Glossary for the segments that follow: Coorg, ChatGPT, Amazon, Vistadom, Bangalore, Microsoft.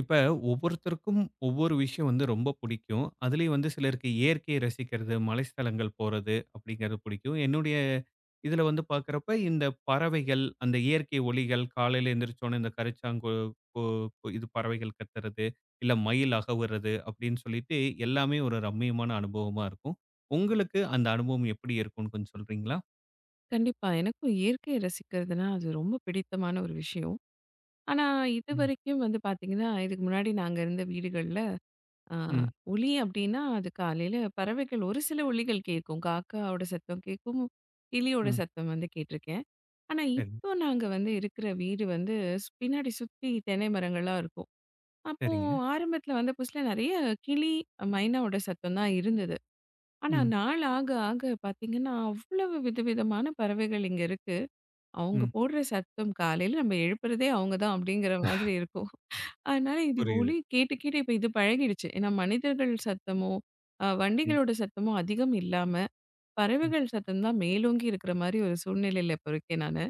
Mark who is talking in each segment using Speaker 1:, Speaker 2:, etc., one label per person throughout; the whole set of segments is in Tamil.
Speaker 1: இப்ப ஒவ்வொருத்தருக்கும் ஒவ்வொரு விஷயம் வந்து ரொம்ப பிடிக்கும். அதுலயும் வந்து சிலருக்கு இயற்கையை ரசிக்கிறது, மலைஸ்தலங்கள் போறது அப்படிங்கிறது பிடிக்கும். என்னுடைய இதுல வந்து பார்க்குறப்ப, இந்த பறவைகள், அந்த இயற்கை ஒலிகள், காலையில எந்திரிச்சோனே இந்த கரிச்சாங்கோ கோ கோ இது பறவைகள் கத்துறது, இல்ல மயில் அகவுறது அப்படின்னு சொல்லிட்டு எல்லாமே ஒரு ரம்மியமான அனுபவமா இருக்கும். உங்களுக்கு அந்த அனுபவம் எப்படி இருக்கும்னு கொஞ்சம் சொல்றீங்களா?
Speaker 2: கண்டிப்பா. எனக்கும் இயற்கைய ரசிக்கிறதுனா, அது ரொம்ப பிடித்தமான ஒரு விஷயம். ஆனா,
Speaker 1: ம்.
Speaker 2: இதுவரைக்கும் வந்து பார்த்தீங்கன்னா, இதுக்கு முன்னாடி நாங்க இருந்த வீடுகள்ல, அ
Speaker 1: ம்,
Speaker 2: ஒலி அப்டின்னா, அது காலையில பறவைகள் ஒரு சில ஒலிகள் கேட்கும். காக்காவோட சத்தம் கேட்கும், கிளியோட
Speaker 1: ம்.
Speaker 2: சத்தம் வந்து கேட்டிருக்கேன். ஆனா,
Speaker 1: சரிங்க,
Speaker 2: இப்போ நாங்க வந்து இருக்கிற வீடு வந்து பின்னாடி சுத்தி தென்னை மரங்களா இருக்கும். அப்போ
Speaker 1: சரிங்க.
Speaker 2: ஆரம்பத்தில வந்த புதுசுல நெறைய கிளி, மைனாவோட சத்தம் தான் இருந்தது. ஆனா,
Speaker 1: ம்,
Speaker 2: நாள் ஆக ஆக பார்த்தீங்கன்னா, அவ்வளவு விதவிதமான பறவைகள் இங்க இருக்கு. அவங்க
Speaker 1: ம்.
Speaker 2: போடுற சத்தம் காலையில நம்ம எழுப்புறதே அவங்க தான் அப்படிங்கிற மாதிரி இருக்கும். அதனால இது
Speaker 1: புரியுது.
Speaker 2: ஒலி கேட்டு, கேட்டு இப்ப இது பழகிடுச்சு. ஏன்னா மனிதர்கள் சத்தமோ,
Speaker 1: ம்,
Speaker 2: வண்டிகளோட சத்தமோ அதிகம் இல்லாம,
Speaker 1: ம்.
Speaker 2: பறவைகள் சத்தம் தான் மேலோங்கி இருக்கிற மாரி ஒரு சூழ்நிலையில இப்ப இருக்கேன் நானு.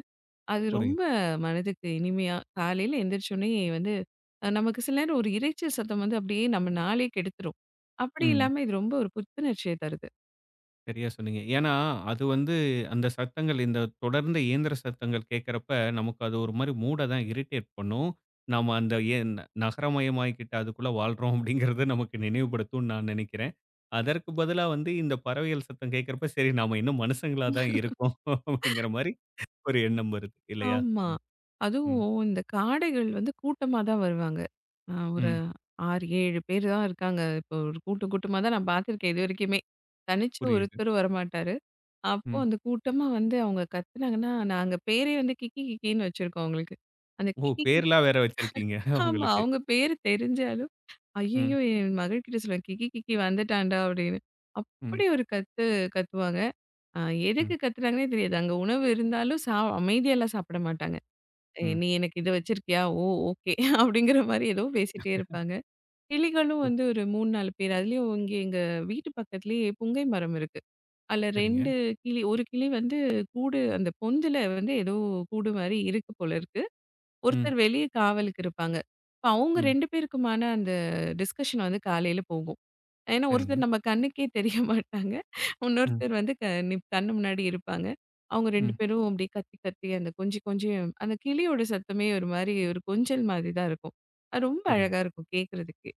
Speaker 2: அது
Speaker 1: புரியுது.
Speaker 2: ரொம்ப மனதுக்கு இனிமையா காலையில எந்திரிச்சோனே வந்து நமக்கு சில நேரம் ஒரு இரைச்சல் சத்தம் வந்து அப்படியே நம்ம நாளே கெடுத்துரும். அப்படி
Speaker 1: ம்.
Speaker 2: இல்லாம இது ரொம்ப ஒரு புத்துணர்ச்சிய தருது.
Speaker 1: சரியா சொன்னீங்க. ஏன்னா, அது வந்து அந்த சத்தங்கள் இந்த தொடர்ந்து இயந்திர சத்தங்கள் கேட்கறப்ப, நமக்கு அது ஒரு மாரி மூட தான் இரிட்டேட் பண்ணும். நாம அந்த எ நகரமயமாக்கிட்டு அதுக்குள்ள வாழ்றோம் அப்படிங்கிறத நமக்கு நினைவுபடுத்தும்னு நான் நினைக்கிறேன். அதற்கு பதிலா வந்து இந்த பறவைகள் சத்தம் கேட்கறப்ப, சரி நாம இன்னும் மனுஷங்களா தான் இருக்கோம் அப்படிங்கிற மாரி ஒரு எண்ணம் வருது இல்லையா?
Speaker 2: ஆமா.
Speaker 1: ம், ம்,
Speaker 2: அதுவும் இந்த காடைகள் வந்து கூட்டமா தான் வருவாங்க. ஒரு
Speaker 1: ம்.
Speaker 2: 6, 7 பேர் தான் இருக்காங்க. இப்போ ஒரு கூட்டம் கூட்டமா தான் நான் பார்த்துருக்கேன் இதுவரைக்குமே. தனிச்சு
Speaker 1: புரியுது.
Speaker 2: ஒருத்தரும் வரமாட்டாரு. அப்போ
Speaker 1: ம்.
Speaker 2: அந்த கூட்டமா வந்து அவங்க கத்துனாங்கன்னா, நாங்க பேரே வந்து கிக்கி கிக்கின்னு வச்சிருக்கோம் அவங்களுக்கு. அந்த
Speaker 1: ஓ!
Speaker 2: கிக்கி கிக்கி
Speaker 1: பேர்லாம் வேற வச்சிருக்கீங்க
Speaker 2: ஆமா.
Speaker 1: உங்களுக்கு.
Speaker 2: அவங்க பேரு தெரிஞ்சாலும்,
Speaker 1: ம்,
Speaker 2: ஐயய்யோ! என் மகள்கிட்ட சொல்லுவேன், "கிக்கி கிக்கி வந்துட்டான்டா" அப்படின்னு.
Speaker 1: ம்,
Speaker 2: அப்படி ஒரு கத்து கத்துவாங்க. அ
Speaker 1: ம்,
Speaker 2: எதுக்கு கத்துனாங்கன்னே தெரியாது. அங்க உணவு இருந்தாலும் அமைதியாலாம் சாப்பிட மாட்டாங்க.
Speaker 1: ம்.
Speaker 2: "நீ எனக்கு இத வச்சிருக்கியா? ஓ! ஓகே." அப்படிங்கிற மாரி ஏதோ பேசிட்டே இருப்பாங்க. கிளிகளும்
Speaker 1: புரி
Speaker 2: வந்து ஒரு 3, 4 பேர். அதுலயும் இங்க எங்க வீட்டு பக்கத்திலேயே புங்கை மரம் இருக்கு. அதுல
Speaker 1: சரிங்க.
Speaker 2: 2 கிளி, ஒரு கிளி வந்து கூடு அந்த பொந்துல வந்து ஏதோ கூடு மாரி இருக்கு போல இருக்கு.
Speaker 1: ம்,
Speaker 2: ஒருத்தர் வெளிய காவலுக்கு இருப்பாங்க. இப்ப அவங்க
Speaker 1: ம்.
Speaker 2: 2 பேருக்குமான அந்த டிஸ்கஷன் வந்து காலையில போகும். ஏன்னா,
Speaker 1: சரிங்க.
Speaker 2: ஒருத்தர் நம்ம கண்ணுக்கே தெரிய மாட்டாங்க.
Speaker 1: ம்,
Speaker 2: இன்னொருத்தர் வந்து க நிப் கண்ணு முன்னாடி இருப்பாங்க. அவங்க 2
Speaker 1: ம்.
Speaker 2: பேரும் அப்படியே கத்தி கத்தி அந்த கொஞ்சி கொஞ்சி அந்த கிளியோட சத்தமே ஒரு மாரி ஒரு கொஞ்சல் மாதிரி தான் இருக்கும். அது ரொம்ப
Speaker 1: புரியுது.
Speaker 2: அழகா இருக்கும் கேட்கறதுக்கே.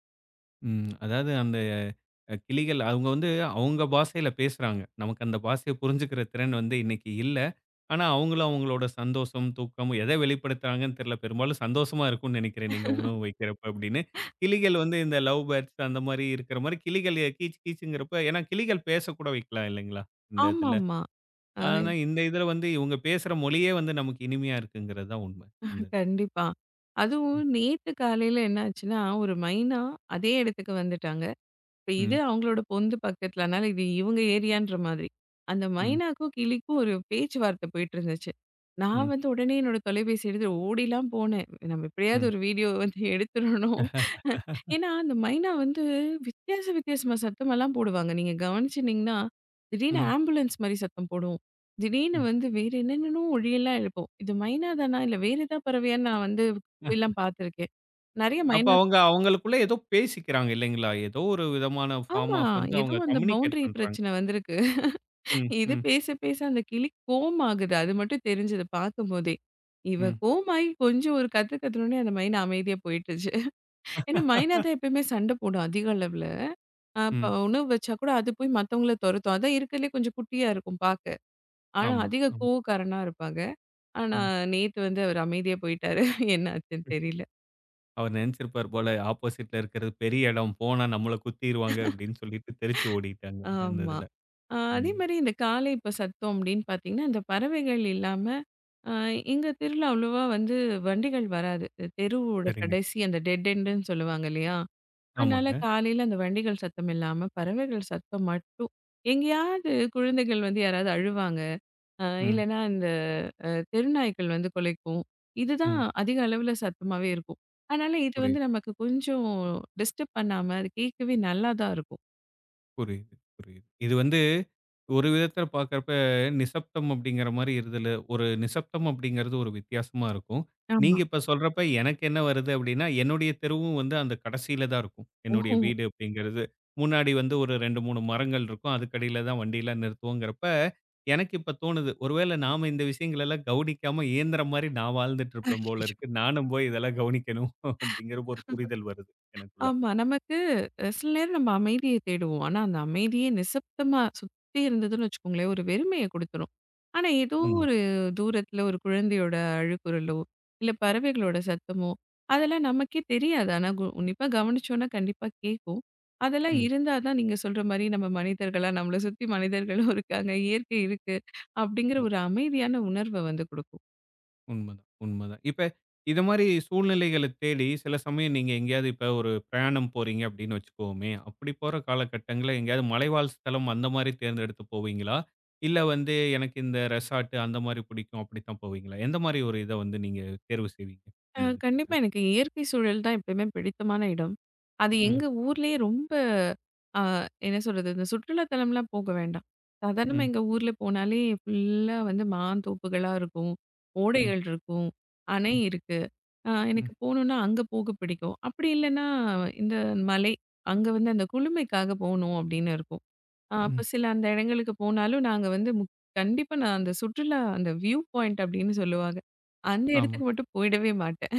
Speaker 1: ம். அதாவது அந்த அ கிளிகள் அவங்க வந்து அவங்க பாஷையில பேசுறாங்க. நமக்கு அந்த பாஷைய புரிஞ்சுக்கிற திறன் வந்து இன்னைக்கு இல்ல. ஆனா, அவங்களும் அவங்களோட சந்தோஷம், தூக்கம் எத வெளிப்படுத்துறாங்கன்னு தெரியல. பெரும்பாலும் சந்தோஷமா இருக்கும்னு நெனைக்கிறேன், நீங்க உணவு வைக்கிறப்ப அப்படின்னு. கிளிகள் வந்து இந்த லவ் பேர்ட்ஸ் அந்த மாரி இருக்கிற மாரி கிளிகள் கீச் கீச்சுங்கிறப்ப ஏன்னா கிளிகள் பேசக்கூட வைக்கலாம் இல்லைங்களா? இந்த இதுல.
Speaker 2: ஆமாமா. ஆ
Speaker 1: ஆனா, இந்த இதுல வந்து இவங்க பேசுற மொழியே வந்து நமக்கு இனிமையா இருக்குங்கிறது தான் உண்மை. இந்த
Speaker 2: கண்டிப்பா.
Speaker 1: ம்,
Speaker 2: அதுவும் நேத்து காலையில என்ன ஆச்சுன்னா, ஒரு மைனா அதே இடத்துக்கு வந்துட்டாங்க. இப்ப இது
Speaker 1: ம்,
Speaker 2: அவங்களோட பொந்து பக்கத்துல. அதனால இது இவங்க ஏரியான்ற மாதிரி. அந்த
Speaker 1: ம்,
Speaker 2: மைனாக்கும், கிளிக்கும் ஒரு பேச்சுவார்த்தை போயிட்டுருந்துச்சு. நான்
Speaker 1: ம்,
Speaker 2: வந்து உடனே என்னோட தொலைபேசி எடுத்து ஓடிலாம் போனேன். நம்ம எப்படியாவது
Speaker 1: ம்.
Speaker 2: ஒரு வீடியோ வந்து எடுத்துறணும். ஏன்னா, அந்த மைனா வந்து வித்தியாச வித்தியாசமா சத்தமெல்லாம் போடுவாங்க. நீங்க கவனிச்சிருந்தீங்கன்னா, திடீர்னு
Speaker 1: ம்,
Speaker 2: ஆம்புலன்ஸ் மாரி சத்தம் போடும். திடீர்னு
Speaker 1: ம்.
Speaker 2: வந்து வேற என்னென்னமோ ஒலியெல்லாம் எழுப்பும். இது மைனா தானா? இல்ல வேற ஏதா பறவையான்னு நான் வந்து போய்லாம் பார்த்துருக்கேன். நெறைய
Speaker 1: அப்ப
Speaker 2: மைனா
Speaker 1: அவங்க அவங்களுக்குள்ள ஏதோ பேசிக்கிறாங்க இல்லைங்களா? ஏதோ ஒரு விதமான ஃபார்ம்
Speaker 2: ஆமா.
Speaker 1: ஆஃப் வந்து
Speaker 2: ஏதோ
Speaker 1: அவங்க
Speaker 2: அந்த
Speaker 1: கம்யூனிகேட்
Speaker 2: பவுண்டரி
Speaker 1: பண்றாங்க.
Speaker 2: பிரச்சனை வந்திருக்கு.
Speaker 1: ம்,
Speaker 2: இது
Speaker 1: ம்,
Speaker 2: பேச பேச அந்த கிளி கோமாகுது. அது மட்டும் தெரிஞ்சது பார்க்கும்போதே. இவ
Speaker 1: ம்.
Speaker 2: கோமாயி கொஞ்சம் ஒரு கத்து கத்துனோனே அந்த மைனா அமைதியா போயிட்டுச்சு. ஏன்னா மைனா தான் எப்பயுமே சண்ட போடும் அதிக அளவுல. இப்ப
Speaker 1: ம்.
Speaker 2: உணவு வச்சா கூட அது போய் மத்தவங்கள தொரத்தும். அதான் இருக்கிறதுலயே கொஞ்சம் குட்டியா இருக்கும் பார்க்க. ஆனா
Speaker 1: ஆமா,
Speaker 2: அதிக
Speaker 1: ஆமா.
Speaker 2: கோவக்காரனா இருப்பாங்க. ஆனா
Speaker 1: ம்.
Speaker 2: நேத்து வந்து அவரு அமைதியா போயிட்டாரு. என்ன ஆச்சுன்னு
Speaker 1: ம்.
Speaker 2: தெரியல.
Speaker 1: அவர் நினைச்சிருப்பார் போல, ஆப்போசிட்ல இருக்கிறது பெரிய இடம். போனா நம்மள குத்திருவாங்க அப்படின்னு சொல்லிட்டு தெறிச்சு ஓடிட்டாங்க அந்த
Speaker 2: ஆமா.
Speaker 1: இதுல.
Speaker 2: அதே
Speaker 1: ம்.
Speaker 2: மாரி இந்த காலை இப்ப சத்தம் அப்படின்னு பார்த்தீங்கன்னா, இந்த பறவைகள் இல்லாம அ எங்க தெருல அவ்வளவா வந்து வண்டிகள் வராது. இந்த தெருவோட
Speaker 1: சரிங்க.
Speaker 2: கடைசி அந்த டெட் எண்டுன்னு சொல்லுவாங்க இல்லையா? அதனால
Speaker 1: ஆமாங்க.
Speaker 2: காலையில அந்த வண்டிகள் சத்தம் இல்லாம பறவைகள் சத்தம் மட்டும். எங்கேயாவது குழந்தைகள் வந்து யாராவது அழுவாங்க. அ
Speaker 1: ம்,
Speaker 2: இல்லன்னா இந்த அ தெருநாய்க்கள் வந்து குலைக்கும். இதுதான்
Speaker 1: ம்.
Speaker 2: அதிக அளவுல சத்தமாவே இருக்கும். அதனால இது வந்து
Speaker 1: புரியுது,
Speaker 2: நமக்கு கொஞ்சம் டிஸ்டர்ப் பண்ணாம அது கேட்கவே நல்லா தான் இருக்கும்.
Speaker 1: புரியுது, புரியுது. இது வந்து ஒரு விதத்துல பார்க்கறப்ப, நிசப்தம் அப்படிங்கிற மாரி இருதலு ஒரு நிசப்தம் அப்படிங்கிறது ஒரு வித்தியாசமா இருக்கும். நீங்க
Speaker 2: ஆமா.
Speaker 1: இப்ப சொல்றப்ப எனக்கு என்ன வருது அப்படின்னா, என்னுடைய தெருவும் வந்து அந்த கடைசியில தான் இருக்கும். என்னுடைய
Speaker 2: ஓஹோ!
Speaker 1: வீடு அப்படிங்கிறது. முன்னாடி வந்து ஒரு 2, 3 மரங்கள் இருக்கும். அதுக்கடியில தான் வண்டியெல்லாம் நிறுத்துவோங்கிறப்ப, எனக்கு இப்ப தோணுது. ஒருவேள நாம இந்த விஷயங்கள் எல்லாம் கவனிக்காம இயந்திரம் மாரி நான் வாழ்ந்துட்டு இருப்பேன் போல
Speaker 2: அய்யய்யோ!
Speaker 1: இருக்கு. நானும் போய் இதெல்லாம் கவனிக்கணும் அப்படிங்கிற ஒரு புரிதல் வருது எனக்குள்ள.
Speaker 2: ஆமா. நமக்கு சில நேரம் நம்ம அமைதிய தேடுவோம். ஆனா, அந்த அமைதியே நிசப்தமா சுத்தி இருந்ததுன்னு வச்சுக்கோங்களேன், ஒரு வெறுமைய குடுத்துரும். ஆனா, ஏதோ
Speaker 1: உண்ம.
Speaker 2: ஒரு தூரத்துல ஒரு குழந்தையோட அழுகுரலோ, இல்ல பறவைகளோட சத்தமோ, அதெல்லாம் நமக்கே தெரியாது. ஆனா, உன்னிப்பா கவனிச்சோம்னா கண்டிப்பா கேட்கும். அதெல்லாம்
Speaker 1: ம்.
Speaker 2: இருந்தா தான் நீங்க சொல்ற மாரி நம்ம மனிதர்களா நம்மள சுத்தி மனிதர்களும் இருக்காங்க, இயற்கை இருக்கு, அப்படிங்கிற ஒரு அமைதியான உணர்வ வந்து குடுக்கும்.
Speaker 1: உண்மதான், உண்மதான். இப்ப இது மாரி சூழ்நிலைகள தேடி சில சமயம் நீங்க எங்கேயாவது இப்ப ஒரு பிரயாணம் போறீங்க அப்படின்னு வச்சுக்குவோமே, அப்படி போற காலகட்டங்கள்ல எங்கேயாவது மலைவாழ் ஸ்தலம் அந்த மாரி தேர்ந்தெடுத்து போவீங்களா? இல்ல வந்து எனக்கு இந்த ரெசார்ட் அந்த மாரி பிடிக்கும் அப்படித்தான் போவீங்களா? எந்த மாரி ஒரு இத வந்து நீங்க தேர்வு செய்வீங்க? இந்த இதுக்காக.
Speaker 2: கண்டிப்பா. எனக்கு இயற்கை சூழல் தான் எப்பயுமே பிடித்தமான இடம். அது ம்.
Speaker 1: ம்,
Speaker 2: எங்க ஊர்லயே ரொம்ப அ என்ன சொல்றது? இந்த சுற்றுலாத்தலம்லாம் போக வேண்டாம். சாதாரணமா
Speaker 1: ம்,
Speaker 2: எங்க ஊர்ல போனாலே ஃபுல்லா வந்து மாந்தோப்புகளா இருக்கும்.
Speaker 1: ம்,
Speaker 2: ஓடைகள் இருக்கும். அணை
Speaker 1: ம்,
Speaker 2: இருக்கு. ம்.
Speaker 1: ம்,
Speaker 2: எனக்கு போணும்னா அங்க போக பிடிக்கும். அப்படி இல்லன்னா இந்த மலை, அங்க வந்து அந்த குளுமைக்காக போணும் அப்படின்னு இருக்கும். ம்.
Speaker 1: ம்.
Speaker 2: அப்ப சில அந்த இடங்களுக்கு போனாலும் நாங்க வந்து கண்டிப்பா நான் அந்த சுற்றுலா அந்த வியூ பாயிண்ட் அப்படின்னு சொல்லுவாங்க. அந்த
Speaker 1: ஆமா.
Speaker 2: இடத்துக்கு மட்டும் போயிடவே மாட்டேன்.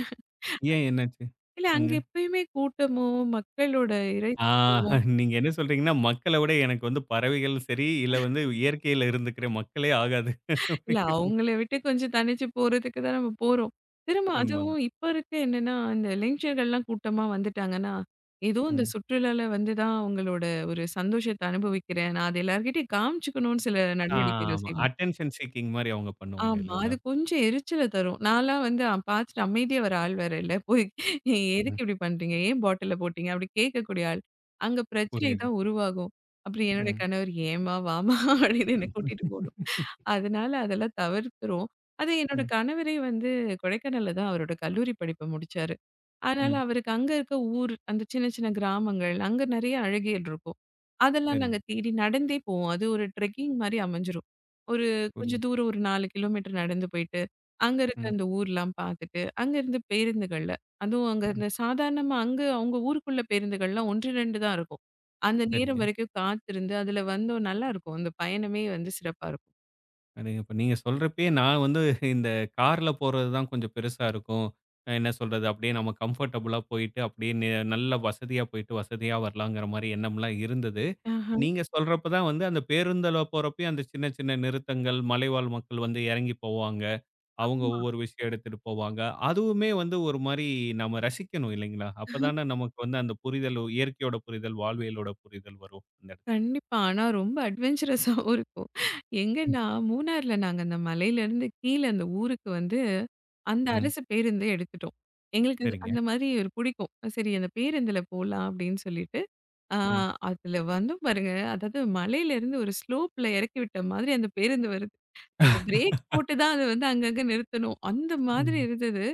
Speaker 1: ஏன் என்னாச்சு?
Speaker 2: இல்ல
Speaker 1: அங்க.
Speaker 2: அங்க எப்பயுமே கூட்டமோ, மக்களோட
Speaker 1: ஆ
Speaker 2: இரைச்சலோ,
Speaker 1: நீங்க என்ன சொல்றீங்கன்னா, மக்கள விட எனக்கு வந்து பறவைகள் சரி, இல்ல வந்து இயற்கையில இருந்துக்கிற மக்களே ஆகாது.
Speaker 2: இல்ல அவங்கள விட்டு கொஞ்சம் தனிச்சு போறதுக்கு தான் நம்ம போறோம். திரும்ப
Speaker 1: உண்ம.
Speaker 2: அதுவும் இப்ப இருக்க என்னன்னா, இந்த இளைஞர்கள்லாம் கூட்டமா வந்துட்டாங்கன்னா, ஏதோ இந்த
Speaker 1: ம்.
Speaker 2: சுற்றுலால வந்து தான் அவங்களோட ஒரு சந்தோஷத்த அனுபவிக்கிறேன். நான் அத எல்லார்கிட்டயும் காமிச்சுக்கணும்னு சில நடவடிக்கைகள்
Speaker 1: ஆமா.
Speaker 2: செய்வாங்க.
Speaker 1: அட்டென்ஷன் சீக்கிங் மாரி அவங்க பண்ணுவாங்க
Speaker 2: ஆமா.
Speaker 1: இல்லைங்களா?
Speaker 2: அது கொஞ்சம் எரிச்சல தரும். நான்லாம் வந்து பார்த்துட்டு அமைதியா வர ஆள் வேற இல்ல. போய்
Speaker 1: ம்.
Speaker 2: எதுக்கு இப்படி பண்றீங்க? ஏன் பாட்டில்ல போட்டீங்க? அப்படி கேட்கக்கூடிய ஆள். அங்க பிரச்சனை
Speaker 1: புரியுது.
Speaker 2: தான் உருவாகும். அப்புறம் என்னுடைய
Speaker 1: ம்.
Speaker 2: கணவர் ஏம்மா! வாம்மா! அப்படின்னு என்ன கூட்டிட்டு போணும். அதனால அதெல்லாம் தவிர்க்கிறோம். அது என்னோட
Speaker 1: ம்,
Speaker 2: கணவரே வந்து கொடைக்கானல்ல தான் அவரோட கல்லூரி படிப்ப முடிச்சாரு. அதனால
Speaker 1: ம்.
Speaker 2: அவருக்கு அங்க இருக்க ஊர், அந்த சின்ன சின்ன கிராமங்கள், அங்க நெறைய அழகியல் இருக்கும். அதெல்லாம்
Speaker 1: சரிங்க.
Speaker 2: நாங்க தேடி நடந்தே போவோம். அது ஒரு ட்ரெக்கிங் மாரி அமைஞ்சிரும். ஒரு கொஞ்சம்
Speaker 1: புரியுது.
Speaker 2: தூரம் ஒரு 4 கிலோமீட்டர் நடந்து போயிட்டு, அங்க இருக்க
Speaker 1: ம்,
Speaker 2: அந்த ஊர்லாம் பார்த்துட்டு, அங்கேருந்து பேருந்துகள்ல அதுவும் அங்க ம்.
Speaker 1: ம்.
Speaker 2: இந்த சாதாரணமா அங்க அவங்க ஊருக்குள்ள பேருந்துகள்லாம் 1, 2 தான் இருக்கும். அந்த நேரம்
Speaker 1: சரிங்க.
Speaker 2: வரைக்கும் காத்திருந்து அதில வந்தோம் நல்லாருக்கும். அந்த பயணமே வந்து சிறப்பா இருக்கும்.
Speaker 1: அது இப்ப நீங்க சொல்றப்பயே நான் வந்து இந்த கார்ல போறது தான் கொஞ்சம் பெருசா இருக்கும். அ என்ன சொல்றது? அப்படியே நம்ம கம்ஃபர்டபுளா போயிட்டு, அப்படியே நெ நல்ல வசதியா போயிட்டு, வசதியா வரலாங்கிற மாரி எண்ணம்லாம் இருந்தது.
Speaker 2: ஆஹா.
Speaker 1: நீங்க சொல்றப்ப தான் வந்து அந்த பேருந்துல போறப்பயும் அந்த சின்ன சின்ன நிறுத்தங்கள், மலைவாழ் மக்கள் வந்து இறங்கி போவாங்க. அவங்க
Speaker 2: ஆமா.
Speaker 1: ஒவ்வொரு விஷயம் எடுத்துட்டு போவாங்க. அதுவுமே வந்து ஒரு மாரி நம்ம ரசிக்கணும் இல்லைங்களா? அப்பதானே நமக்கு வந்து அந்த புரிதல் இயற்கையோட புரிதல், வாழ்வியலோட புரிதல் வரும் அந்த இடத்துல.
Speaker 2: கண்டிப்பா. ஆனா ரொம்ப அட்வென்ச்சரஸாவும் இருக்கும். எங்கன்னா மூணார்ல நாங்க அந்த மலையிலேருந்து கீழ அந்த ஊருக்கு வந்து அந்த
Speaker 1: ம்.
Speaker 2: அரசு பேருந்தே எடுத்துட்டோம். எங்களுக்கு அது
Speaker 1: சரிங்க.
Speaker 2: அந்த மாதிரி ஒரு பிடிக்கும். சரி அந்த பேருந்துல போலாம் அப்படின்னு சொல்லிட்டு ஆ
Speaker 1: ம்.
Speaker 2: அதுல வந்து பாருங்க, அதாவது மலையிலேருந்து ஒரு ஸ்லோப்ல இறக்கி விட்ட மாதிரி அந்த பேருந்து வருது. அது பிரேக் போட்டு தான் அது வந்து அங்கங்க நிறுத்தணும். அந்த மாதிரி
Speaker 1: ம்.
Speaker 2: இருந்தது.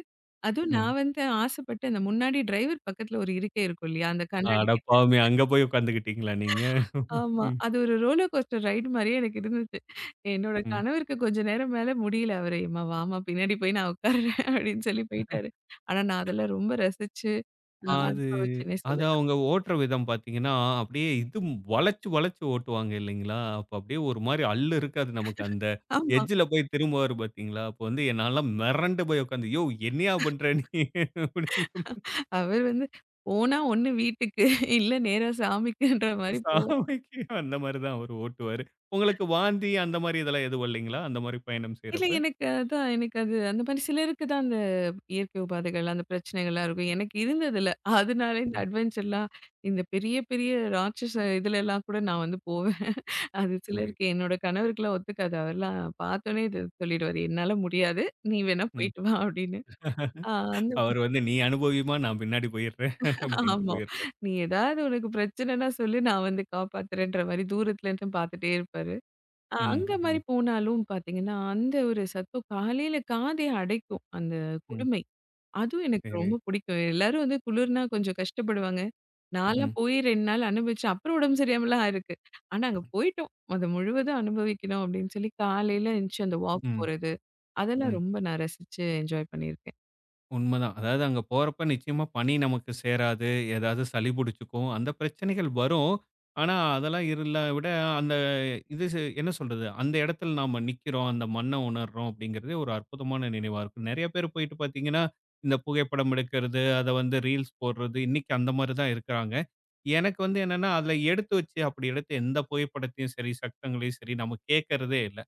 Speaker 2: அதுவும்
Speaker 1: ம்.
Speaker 2: நான் வந்து ஆசைப்பட்டு அந்த முன்னாடி டிரைவர் பக்கத்துல ஒரு இருக்கை இருக்கும் இல்லையா? அந்த கண்ணாடி
Speaker 1: அட
Speaker 2: கிட்ட.
Speaker 1: பாவமே! அங்க போய் உட்காந்துக்கிட்டீங்களா நீங்க?
Speaker 2: ஆமா.
Speaker 1: ம்.
Speaker 2: அது ஒரு ரோலர் கோஸ்டர் ரைடு மாரியே எனக்கு இருந்துச்சு. என்னோட
Speaker 1: ம்.
Speaker 2: கணவருக்கு கொஞ்ச நேரம் மேல முடியல. அவரு "எம்மா வாம்மா பின்னாடி போய் நான் உட்காருறேன்" அப்படின்னு சொல்லி போயிட்டாரு. ஆனா நான் அதெல்லாம் ரொம்ப ரசிச்சு
Speaker 1: அது
Speaker 2: அனுபவிச்சேன்னே
Speaker 1: அது
Speaker 2: சொல்லலாம்.
Speaker 1: அவங்க ஓட்டுற விதம் பார்த்தீங்கன்னா, அப்படியே இது வளைச்சு வளைச்சு ஓட்டுவாங்க இல்லைங்களா? அப்ப அப்படியே ஒரு மாரி அள்ளு இருக்காது நமக்கு. அந்த
Speaker 2: ஆமா.
Speaker 1: எட்ஜ்ல போய் திரும்புவாரு பார்த்தீங்களா? அப்ப வந்து என்னாலாம் மிரண்டு போய் உட்காந்து, "யோவ் என்னையா பண்ற நீ?"
Speaker 2: அவர் வந்து போனா ஒண்ணு வீட்டுக்கு, இல்ல நேரா சாமிக்குன்ற மாரி போவாரு.
Speaker 1: சாமிக்கு அந்த மாரி தான் அவரு ஓட்டுவாரு. உங்களுக்கு வாந்தி அந்த மாரி இதெல்லாம் எதுவும் இல்லைங்களா? அந்த மாரி பயணம்
Speaker 2: இல்ல
Speaker 1: செய்றப்ப?
Speaker 2: எனக்கு அதான் எனக்கு அது அந்த மாரி சிலருக்கு தான் அந்த இயற்கை உபாதைகள், அந்த பிரச்சனைகள்லாம் இருக்கும். எனக்கு இருந்ததில்ல. அதனால இந்த
Speaker 1: ம்.
Speaker 2: அட்வென்ச்சர்லாம் இந்த பெரிய பெரிய ராட்சச இதுலலாம் கூட நான் வந்து போவேன். அது
Speaker 1: புரியுது.
Speaker 2: சிலருக்கு என்னோட கணவருக்குலாம் ஒத்துக்காது. அவர்லாம் பார்த்தோனே இது சொல்லிடுவாரு. "என்னால முடியாது. நீ வேணா
Speaker 1: ம்.
Speaker 2: போயிட்டு வா" அப்படின்னு. ஆ அந்த
Speaker 1: அவரு வந்து நீ அனுபவிம்மா நான் பின்னாடி போயிடுறேன். அப்படின்ட்டு
Speaker 2: ஆமா.
Speaker 1: போயிடுறாரு.
Speaker 2: "நீ ஏதாவது உனக்கு பிரச்சனைன்னா சொல்லு, நான் வந்து காப்பாத்துறேன்ற" மாரி தூரத்துலருந்து பார்த்துட்டே இருப்பாரு.
Speaker 1: ம்,
Speaker 2: அங்க மாரி
Speaker 1: ம்,
Speaker 2: போனாலும் பார்த்தீங்கன்னா, அந்த ஒரு சத்தம் காலையில காதே அடைக்கும். அந்த
Speaker 1: ம்.
Speaker 2: குளுமை. அதுவும் எனக்கு
Speaker 1: சரி.
Speaker 2: ரொம்ப பிடிக்கும். எல்லாரும் வந்து குளிர்னா கொஞ்சம் கஷ்டப்படுவாங்க. நான்லாம்
Speaker 1: ம்,
Speaker 2: போய் 2 நாள் அனுபவிச்சேன். அப்புறம் உடம்பு சரியாமலாம் இருக்கு. ஆனா அங்க போயிட்டோம். அத முழுவதும் அனுபவிக்கணும் அப்படின்னு சொல்லி காலையில எந்துச்சு அந்த வாக்
Speaker 1: ம்,
Speaker 2: போறது. அதெல்லாம்
Speaker 1: ம்.
Speaker 2: ரொம்ப நான் ரசிச்சு என்ஜாய் பண்ணியிருக்கேன்.
Speaker 1: உண்மதான். அதாவது அங்க போறப்ப நிச்சயமா பனி நமக்கு சேராது. ஏதாவது சளி புடிச்சுக்கும். அந்த பிரச்சனைகள் வரும். ஆனா, அதெல்லாம் இருல விட அந்த இது ச என்ன சொல்றது? அந்த இடத்துல நாம நிக்கிறோம். அந்த மண்ண உணர்றோம் அப்படிங்கிறதே ஒரு அற்புதமான நினைவா இருக்கும். நெறைய பேர் போயிட்டு பார்த்தீங்கன்னா, இந்த புகைப்படம் எடுக்கிறது, அத வந்து ரீல்ஸ் போடுறது, இன்னைக்கு அந்த மாரி தான் இருக்கிறாங்க. எனக்கு வந்து என்னன்னா, அதுல எடுத்து வச்சு அப்படி எடுத்து எந்த புகைப்படத்தையும் சரி, சத்தங்களையும் சரி நம்ம கேட்கறதே இல்ல.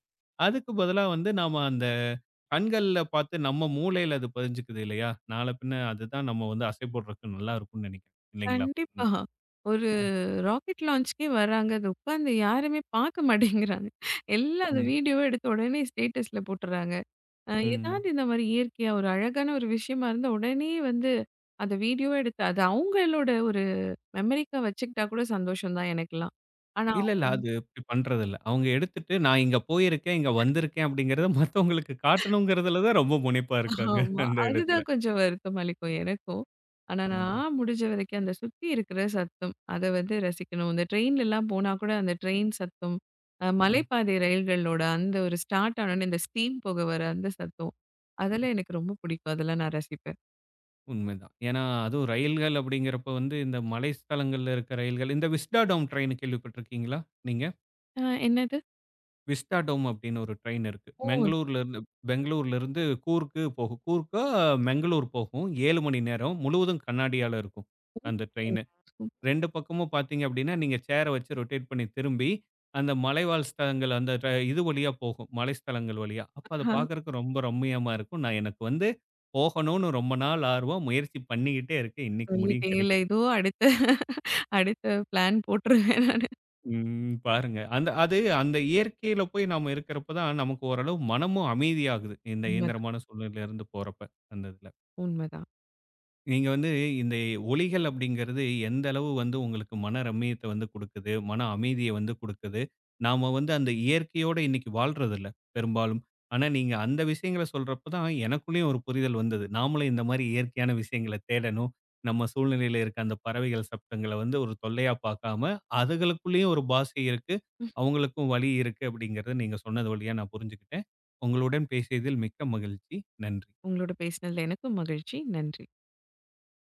Speaker 1: அதுக்கு பதிலா வந்து நாம அந்த கண்கள்ல பார்த்து நம்ம மூளையில அது பதிஞ்சுக்குது இல்லையா? நாள பின்ன அதுதான் நம்ம வந்து அசை போடுறதுக்கு நல்லா இருக்கும்னு நெனைக்கிறேன். இல்லைங்களா?
Speaker 2: கண்டிப்பா.
Speaker 1: ம்.
Speaker 2: ஒரு
Speaker 1: ம்.
Speaker 2: ராக்கெட் லான்ச்சுக்கே வராங்க. அத உட்காந்து யாருமே பார்க்க மாட்டேங்கிறாங்க. எல்லாம் அந்த
Speaker 1: ம்.
Speaker 2: வீடியோவ எடுத்த உடனே ஸ்டேட்டஸ்ல போட்டுறாங்க.
Speaker 1: ம்.
Speaker 2: ஏதாவது இந்த மாரி இயற்கையா ஒரு அழகான ஒரு விஷயமா இருந்தா, உடனே வந்து அத வீடியோவா எடுத்து அது அவங்களோட ஒரு மெமரிக்கா வச்சுக்கிட்டா கூட சந்தோஷம் தான் எனக்கெல்லாம். ஆனா
Speaker 1: இல்ல, இல்ல. அது இப்டி பண்றதில்ல. அவங்க எடுத்துட்டு நான் இங்க போயிருக்கேன், இங்க வந்திருக்கேன் அப்படிங்கிறத மத்தவங்களுக்கு காட்டணுங்கிறதுல தான் ரொம்ப முனைப்பா இருக்காங்க.
Speaker 2: ஆமா.
Speaker 1: அந்த இடத்துல.
Speaker 2: அதுதான் கொஞ்சம் வருத்தம் அளிக்கும் எனக்கும். ஆனா
Speaker 1: ம்.
Speaker 2: நான் முடிஞ்ச வரைக்கும் அந்த சுத்தி இருக்கிற சத்தம், அத வந்து ரசிக்கணும். இந்த ட்ரெயின்லலாம் போனா கூட அந்த ட்ரெயின் சத்தம்,
Speaker 1: ம்.
Speaker 2: மலைப்பாதை ரயில்களோட அந்த ஒரு ஸ்டார்ட் ஆனோனே இந்த ஸ்டீம் புக வர அந்த சத்தம், அதெல்லாம் எனக்கு ரொம்ப பிடிக்கும். அதெல்லாம் நான் ரசிப்பேன்.
Speaker 1: உண்மைதான். ஏன்னா, அதுவும் ரயில்கள் அப்படிங்கிறப்ப வந்து இந்த மலை ஸ்தலங்கள்ல இருக்க ரயில்கள் இந்த விஸ்டாடோம் ட்ரெயின் கேள்விப்பட்டிருக்கீங்களா? நீங்க?
Speaker 2: அ என்னது?
Speaker 1: விஸ்டாடோம் அப்படின்னு ஒரு ட்ரெயின் இருக்கு.
Speaker 2: ஓ!
Speaker 1: பெங்களூர்ல இருந்து கூர்க்கு போகும். கூர்க்கோ, பெங்களூர் போகும். 7 மணி நேரம் முழுவதும் கண்ணாடியால இருக்கும். அந்த ட்ரெயின். 2 பக்கமும் பார்த்தீங்க அப்படின்னா, நீங்க சேர வச்சு ரொட்டேட் பண்ணி திரும்பி, அந்த மலைவாழ் ஸ்தலங்கள் அந்த ர இது வழியா போகும். மலை ஸ்தலங்கள் வழியா. அப்ப அத
Speaker 2: சரி.
Speaker 1: பார்க்கறக்கு ரொம்ப ரம்மியமா இருக்கும். நான் எனக்கு வந்து போகணும்னு ரொம்ப நாள் ஆர்வம். முயற்சி பண்ணிக்கிட்டே இருக்கேன். இன்னைக்கு முடியும்
Speaker 2: சொல்லிட்டேன். இல்ல
Speaker 1: கிடைக்கல.
Speaker 2: ஏதோ அடுத்த அடுத்த பிளான் போட்டுருவேன்.
Speaker 1: ம். பாருங்க. அந்த அது அந்த இயற்கையில போய் நாம இருக்கிறப்ப தான், நமக்கு ஓரளவு மனமும் அமைதியாகுது. இந்த
Speaker 2: உண்மதான்,
Speaker 1: இயந்திரமான சூழ்நிலையிலிருந்து போறப்ப, அந்த இதுல.
Speaker 2: உண்மதான்.
Speaker 1: நீங்க வந்து இந்த ஒலிகள் அப்படிங்கிறது எந்த அளவு வந்து உங்களுக்கு மன ரம்மியத்தை வந்து கொடுக்குது, மன அமைதியை வந்து கொடுக்குது. நாம வந்து அந்த இயற்கையோட இன்னைக்கு வாழ்றதில்ல பெரும்பாலும். ஆனா நீங்க அந்த விஷயங்கள சொல்றப்ப தான் எனக்குள்ளேயும் ஒரு புரிதல் வந்தது. நாமளும் இந்த மாரி இயற்கையான விஷயங்கள தேடணும். நம்ம சூழ்நிலையில இருக்க அந்த பறவைகள் சப்தங்கள வந்து ஒரு தொல்லையா பார்க்காம, அதுகளுக்குள்ளேயும் ஒரு பாஷை இருக்கு. அவங்களுக்கும் வழி இருக்கு அப்படிங்கிறத நீங்க சொன்னது வழியா நான் புரிஞ்சுக்கிட்டேன். உங்களுடன் பேசியதில் மிக்க மகிழ்ச்சி. நன்றி.
Speaker 2: உங்களோட பேசினதுல எனக்கும் மகிழ்ச்சி. நன்றி.